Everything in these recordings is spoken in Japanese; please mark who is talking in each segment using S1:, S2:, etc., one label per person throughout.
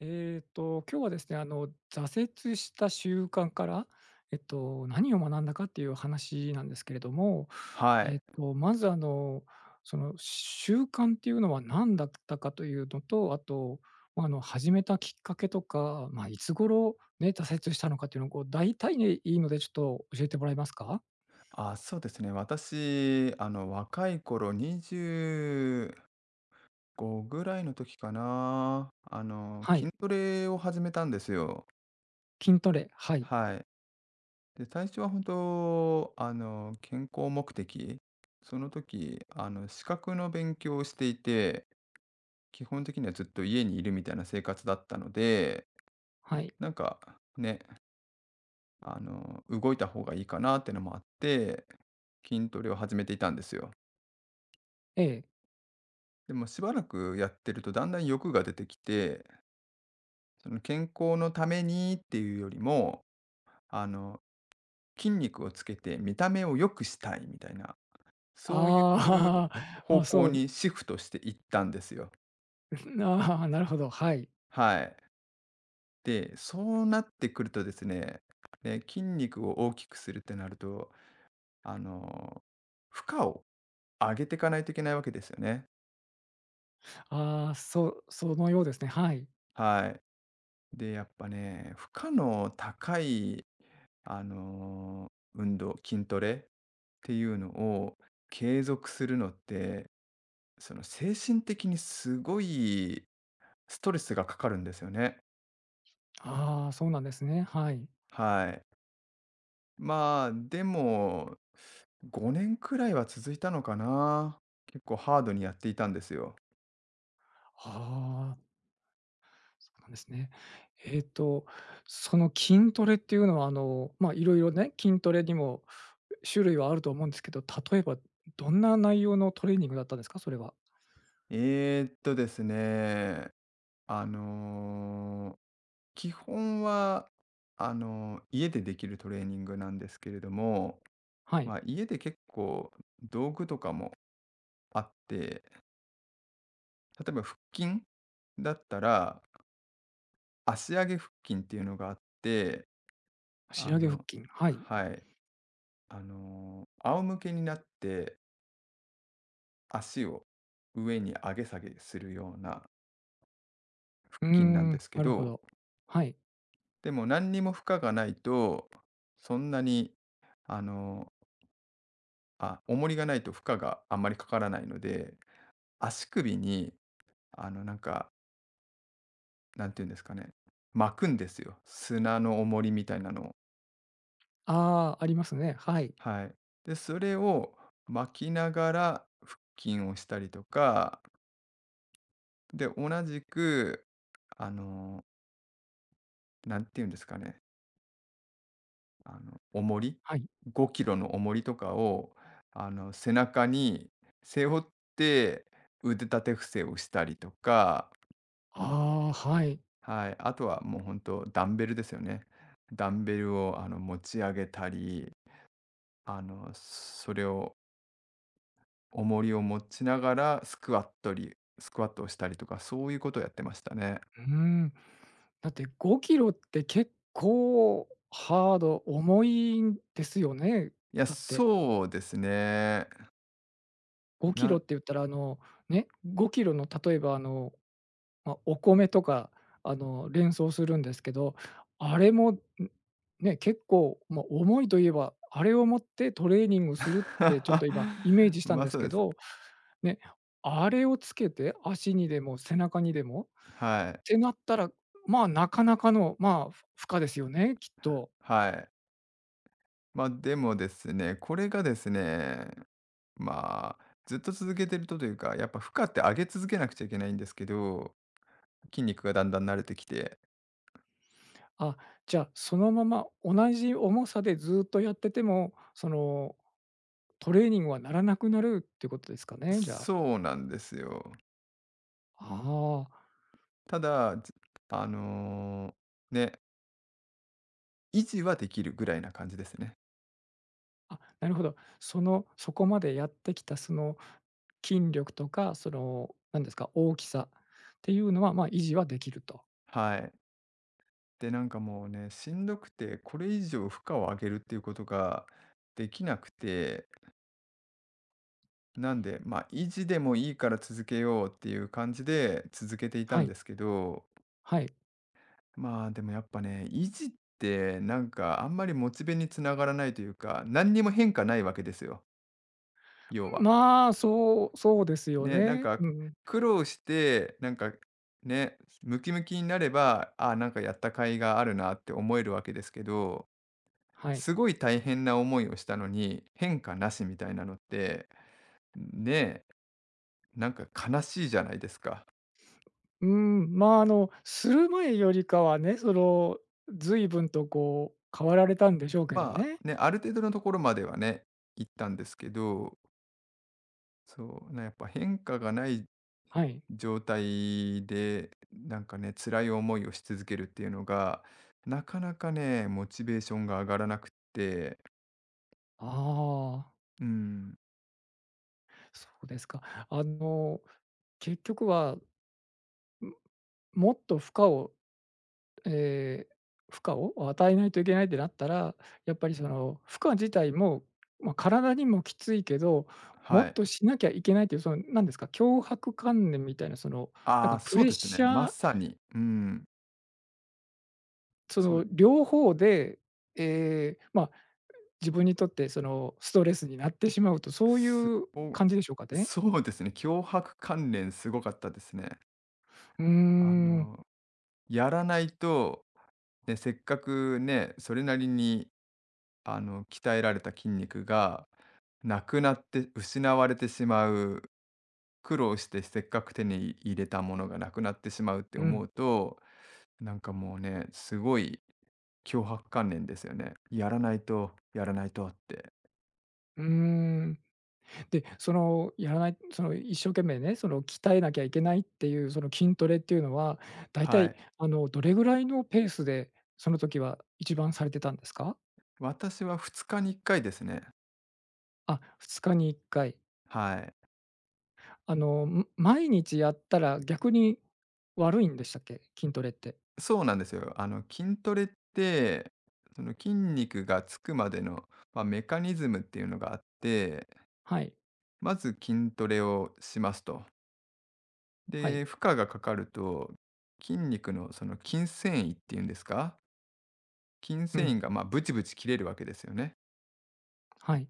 S1: 今日はですね、挫折した習慣から、何を学んだかっていう話なんですけれども、
S2: はい。
S1: まず、習慣っていうのは何だったかというのと、あと、ま、始めたきっかけとか、まあ、いつ頃ね、挫折したのかっていうのを、こう、大体でいいので、ちょっと教えてもらえますか？
S2: あ、そうですね。私、若い頃、25ぐらいの時かな、
S1: はい、
S2: 筋トレを始めたんですよ。
S1: 筋トレ、はい、
S2: はい。で、最初は本当、健康目的。その時、資格の勉強をしていて、基本的にはずっと家にいるみたいな生活だったので、
S1: はい、
S2: なんかね、動いた方がいいかなってのもあって、筋トレを始めていたんですよ。
S1: ええ。
S2: でもしばらくやってるとだんだん欲が出てきて、その健康のためにっていうよりも、あの、筋肉をつけて見た目を良くしたいみたいな、そういう
S1: ああ、
S2: 方
S1: ま、
S2: 向
S1: そう、
S2: にシフトしていったんですよ。
S1: ああ、なるほど、はい。
S2: はい。で、そうなってくるとですね、ね、筋肉を大きくするってなると、あの、負荷を上げていかないといけないわけですよね。
S1: ああ、そのようですね。はい。
S2: はい。で、やっぱね、負荷の高い運動、筋トレっていうのを継続するのって、その、精神的にすごいストレスがかかるんですよね。
S1: ああ、そうなんですね。はい。
S2: はい。まあ、でも、5年くらいは続いたのかな。結構ハードにやっていたんですよ。
S1: ああ、そうなんですね。えっと、その筋トレっていうのは、ま、いろいろね、筋トレにも種類はあると思うんですけど、例えばどんな内容のトレーニングだったんですか？それは。
S2: ですね、あの、基本は、家でできるトレーニングなんですけれども、
S1: はい。
S2: まあ、家で結構道具とかもあって、例えば腹筋だったら、足上げ腹筋っていうのがあって、
S1: 仕
S2: あ
S1: 上げ腹
S2: の、
S1: 筋、はい。
S2: はい、仰向けになって足を上に上げ下げするような腹
S1: うー
S2: 筋なん
S1: ん、
S2: ですけ
S1: なるほ
S2: ど、
S1: ど。はい。
S2: でも何にも負荷がないと、そんなに、あの、あ、重りがないと負荷があんまりかからないので、足首に、なんか、なんていうんですかね、巻くんですよ。砂の重りみたいなのを。
S1: ああ、ありますね。はい。
S2: はい。で、それを巻きながら腹筋をしたりとか、で、同じく、あの、なんて言うんですかね、重り、
S1: はい。
S2: 5キロの重りとかを、背中に背負って腕立て伏せをしたりとか、
S1: ああ、はい。
S2: はい、あとはもう本当ダンベルですよね。ダンベルを持ち上げたり、それを重りを持ちながらスクワットをしたりとか、そういうことをやってましたね。
S1: うーん。だって5キロって結構ハード、重いんですよね。
S2: いや、
S1: だって
S2: そうですね。
S1: 5キロ
S2: な
S1: って言ったらね、5キロの例えばま、お米とか連想するんですけど、あれも、ね、結構、ま、重いといえば、あれを持ってトレーニングするってちょっと今 イメージしたん
S2: ま、
S1: です
S2: そう
S1: け
S2: です。
S1: ど、ね、あれをつけて足にでも背中にでも
S2: はい。
S1: てなったら、まあ、なかなかの、まあ、負荷ですよね、きっと。
S2: はい。ま、でもですね、これがですね、まあ、ずっと続けてるとというか、やっぱ負荷って上げ続けなくちゃいけないんですけど、筋肉がだんだん慣れてきて。
S1: あ、じゃあ、そのまま同じ重さでずっとやってても、トレーニングはならなくなるっていうことですかね、じゃあ。
S2: そうなんですよ。
S1: あ
S2: ただ、ずあの、ね、維持はできるぐらいな感じですね。
S1: あ、あ、なるほど。そこまでやってきた、筋力とか、なんですか、大きさっていうのは、まあ、維持はできると。
S2: はい。で、なんかもうね、しんどくて、これ以上負荷を上げるっていうことができなくて、なんで、まあ、維持でもいいから続けようっていう感じで続けていた
S1: は
S2: ん
S1: い、
S2: ですけど、
S1: はい。
S2: まあ、でもやっぱね、維持ってなんかあんまりモチベにつながらないというか、何にも変化ないわけですよ、要は。
S1: まあ、そうそうですよ
S2: ね、なん
S1: ね。
S2: か
S1: うんうん。
S2: 苦労して、なんかね、ムキムキになれば、あなんかやった甲斐があるなって思えるわけですけど、
S1: はい。
S2: すごい大変な思いをしたのに、変化なしみたいなのって、ねえ、なんか悲しいじゃないですか。
S1: うん、まあ、する前よりかはね、随分とこう変わられたんでしょうけど
S2: ま
S1: ね。
S2: あ、ね、ある程度のところまではね、行ったんですけど、そうなやっぱ変化がない
S1: はい。
S2: 状態で、なんかね、辛い思いをし続けるっていうのが、なかなかね、モチベーションが上がらなくって、
S1: ああ、
S2: うん、
S1: そうですか。あの、結局は、ん、もっとえ負荷を与えないといけないってなったら、やっぱりその負荷自体も、まあ、体にもきついけど、も
S2: は
S1: っ
S2: い。
S1: としなきゃいけないっていう、なんですか、強迫観念みたいな、なん
S2: あ
S1: か
S2: あ、
S1: プ
S2: そ
S1: レ
S2: う
S1: ッ
S2: ですね、
S1: シャ
S2: ま
S1: ー、
S2: さに、うん、
S1: そ
S2: そ
S1: の
S2: う、
S1: 両方で、ええ、まあ自分にとってそのストレスになってしまうと、そうい
S2: す
S1: う感じでしょうかね？
S2: そうですね、脅迫関連すごかったですね。
S1: うー
S2: あ
S1: ん、
S2: の、やらないと、ね、せっかくね、それなりに、鍛えられた筋肉がなくなって失われてしまう、苦労してせっかく手に入れたものがなくなってしまうって
S1: う
S2: 思
S1: ん、
S2: うと、なんかもうね、すごい脅迫関連ですよね。やらないと、やらないとって。
S1: うーん。で、そのやらないその一生懸命ね、その鍛えなきゃいけないっていうその筋トレっていうのは、だいた
S2: は
S1: い
S2: い。
S1: どれぐらいのペースで、その時は一番されてたんですか？
S2: 私は2日に1回ですね。
S1: あ、2日に1回。
S2: はい。
S1: 毎日やったら逆に悪いんでしたっけ？筋トレって。
S2: そうなんですよ。筋トレって、その筋肉がつくまでの、まあ、メカニズムっていうのがあって、
S1: はい、
S2: まず筋トレをしますと。
S1: はい、
S2: で、負荷がかかると、筋肉のその筋繊維っていうんですか、筋
S1: うん、
S2: 繊維がまあブチブチ切れるわけですよね。
S1: はい。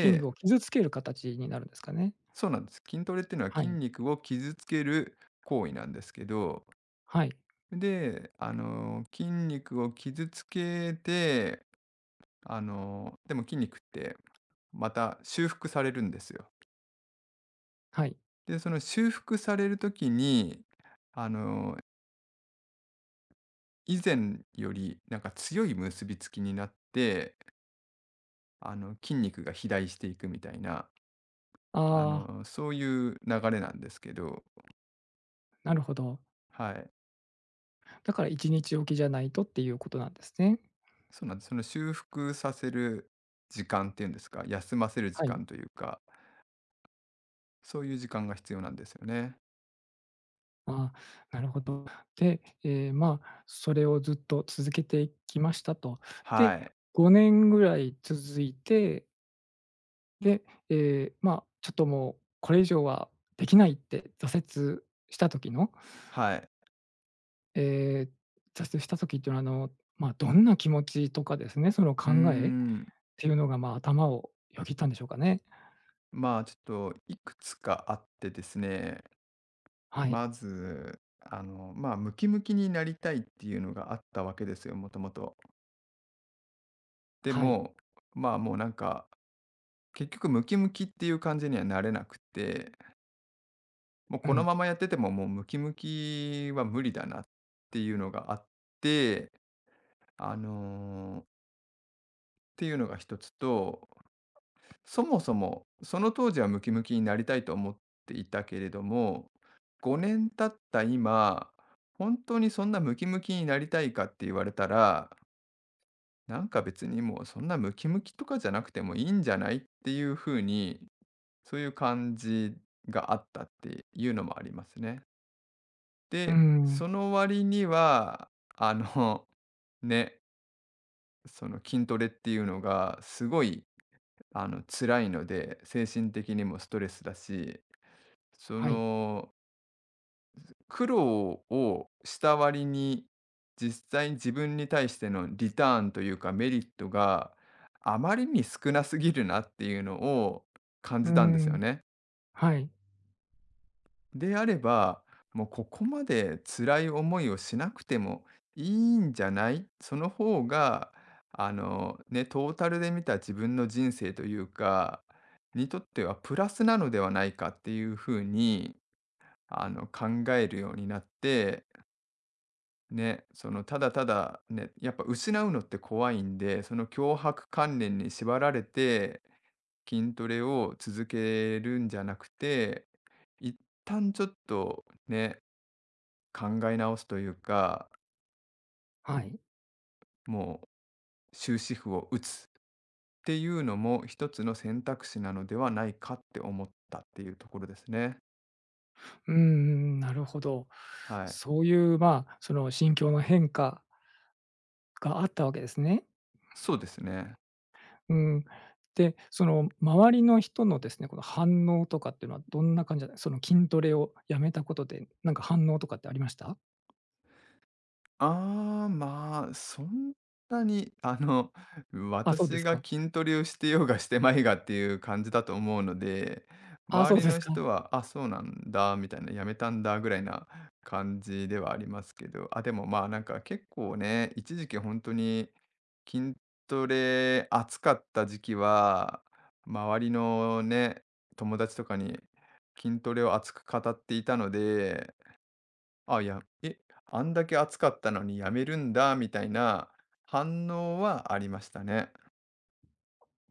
S1: 筋肉を傷つける形になるんですかね？
S2: そうなんです。筋トレっていうのは
S1: は
S2: 筋
S1: い。
S2: 肉を傷つける行為なんですけど、
S1: はい、
S2: で、筋肉を傷つけて、でも筋肉ってまた修復されるんですよ。
S1: はい。
S2: で、その修復される時に、あの、以前よりなんか強い結びつきになって、筋肉が肥大していくみたいな、
S1: ああ、
S2: そういう流れなんですけど、
S1: なるほど。
S2: はい。
S1: だから1日おきじゃないとっていうことなんですね。
S2: そうなんです。その修復させる時間っていうんですか、休ませる時
S1: はい。
S2: 間というか、そういう時間が必要なんですよね。
S1: ああ、なるほど。で、まあ、それをずっと続けてきましたと。
S2: は
S1: で、
S2: い。
S1: 5年ぐらい続いて、で、まあ、ちょっともうこれ以上はできないってした時の、
S2: はい。
S1: 挫折した時っていうのは、まあ、どんな気持ちとかですね、その
S2: うー
S1: 考えっ
S2: ん。
S1: ていうのが、まあ、頭をよぎったんでしょうかね。
S2: まあ、ちょっといくつかあってですね、
S1: はい、
S2: まず、まあ、ムキムキになりたいっていうのがあったわけですよ、もともと。で
S1: はい。
S2: も、まあ、もうなんか、結局ムキムキっていう感じにはなれなくて、もう
S1: う
S2: この
S1: ん、
S2: ままやっててももうムキムキは無理だなっていうのがあって、あのーっていうのが一つと、そもそも、その当時はムキムキになりたいと思っていたけれども、5年経った今、本当にそんなムキムキになりたいかって言われたら、なんか別にもうそんなムキムキとかじゃなくてもいいんじゃない？っていう風に、そういう感じがあったっていうのもありますね。
S1: うー
S2: で、そ
S1: ん、
S2: の割には、あの、ね、その筋トレっていうのがすごい、辛いので、精神的にもストレスだし、そ
S1: はい、
S2: の、苦労をした割に、実際に自分に対してのリターンというか、メリットがあまりに少なすぎるなっていうのを感
S1: うー
S2: じたんですよ
S1: ん、
S2: ね。
S1: はい、
S2: であれば、もうここまで辛い思いをしなくてもいいんじゃない？その方が、ね、トータルで見た自分の人生というか、にとってはプラスなのではないかっていう風に、考えるようになってね、そのただただね、やっぱ失うのって怖いんで、その強迫観念に縛られて、筋トレを続けるんじゃなくて、一旦ちょっとね、考え直すというか、
S1: はい。
S2: もう終止符を打つっていうのも一つの選択肢なのではないかって思ったっていうところですね。
S1: うんん、なるほど。
S2: はい。
S1: そういう、まあ、その心境の変化があったわけですね。
S2: そうですね。
S1: うん。で、その周りの人のですね、この反応とかっていうのはどんな感じだその筋トレをやめたことで、なんか反応とかってありました？
S2: ああ、まあ、そんなに、
S1: あ、そうで
S2: 私
S1: す
S2: が
S1: か。
S2: 筋トレをしてようがしてまいがっていう感じだと思うので、
S1: ああ、そ
S2: 周
S1: う
S2: り
S1: で
S2: の
S1: すか。
S2: 人は、あ、そうなんだ、みたいな、やめたんだぐらいな感じではありますけど、あ、でもまあなんか結構ね、一時期本当に筋トレ熱かった時期は、周りのね、友達とかに筋トレを熱く語っていたので、あ、いや、え、あんだけ暑かったのにやめるんだみたいな反応はありましたね。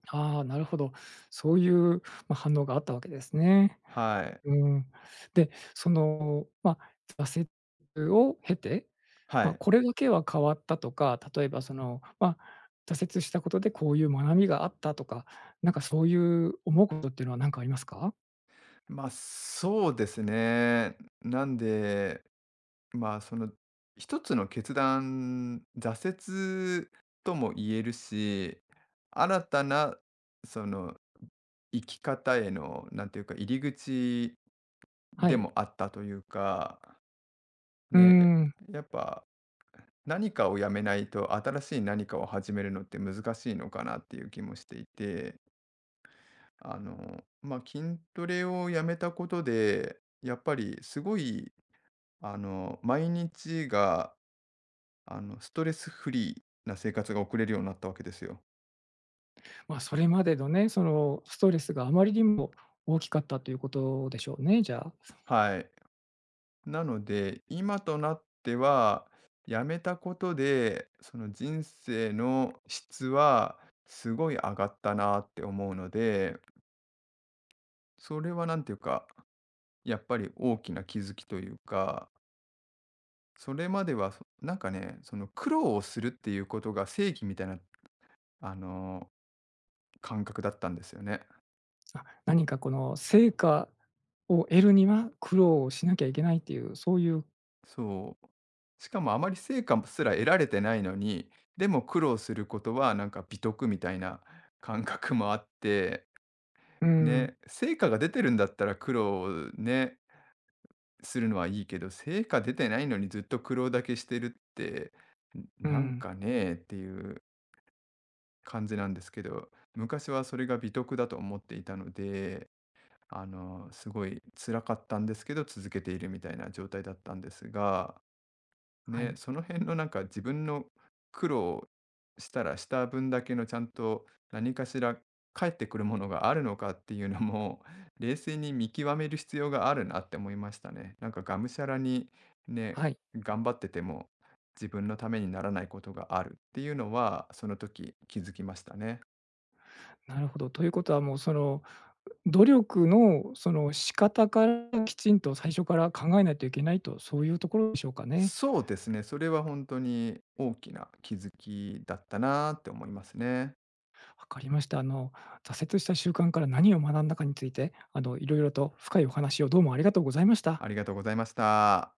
S1: ああ、なるほど。そういう、ま、反応があったわけですね。
S2: はい。
S1: うん。で、まあ、挫折を経て、
S2: は
S1: まあ、
S2: い。
S1: これだけは変わったとか、例えばまあ、挫折したことでこういう学びがあったとか、なんかそういう思うことっていうのは何かありますか？
S2: まあ、そうですね。なんで、まあ、その一つの決断、挫折とも言えるし、新たなその生き方への、なんていうか、入り口
S1: は
S2: で
S1: い。
S2: もあったというか
S1: うー
S2: ね、
S1: ん。
S2: やっぱ、何かをやめないと、新しい何かを始めるのって難しいのかなっていう気もしていて、まあ、筋トレをやめたことで、やっぱりすごい、毎日が、ストレスフリーな生活が送れるようになったわけですよ。
S1: まあ、それまでのね、そのストレスがあまりにも大きかったということでしょうね、じゃあ。
S2: はい。なので、今となっては、やめたことで、その人生の質はすごい上がったなって思うので、それはなんていうか、やっぱり大きな気づきというか、それまではそなんかね、その苦労をするっていうことが正義みたいな、あの、感覚だったんですよね。
S1: あ、何かこの成果を得るには苦労をしなきゃいけないっていう、そういう
S2: そう。しかもあまり成果すら得られてないのに、でも苦労することはなんか美徳みたいな感覚もあって、
S1: うん、
S2: ね、成果が出てるんだったら苦労をね、するのはいいけど、成果出てないのにずっと苦労だけしてるって、ん
S1: う
S2: なん
S1: ん。
S2: かねえっていう感じなんですけど、昔はそれが美徳だと思っていたので、すごい辛かったんですけど、続けているみたいな状態だったんですが、
S1: は
S2: ね、
S1: い、
S2: その辺のなんか自分の苦労したらした分だけのちゃんと何かしら返ってくるものがあるのかっていうのも、冷静に見極める必要があるなって思いましたね。なんかがむしゃらにね、
S1: はい。
S2: 頑張ってても自分のためにならないことがあるっていうのは、その時気づきましたね。
S1: なるほど。ということはもうその努力のその仕方からきちんと最初から考えないといけないと、そういうところでしょうかね。
S2: そうですね、それは本当に大きな気づきだったなって思いますね。
S1: わかりました。挫折した習慣から何を学んだかについて、いろいろと深いお話をどうもありがとうございました。
S2: ありがとうございました。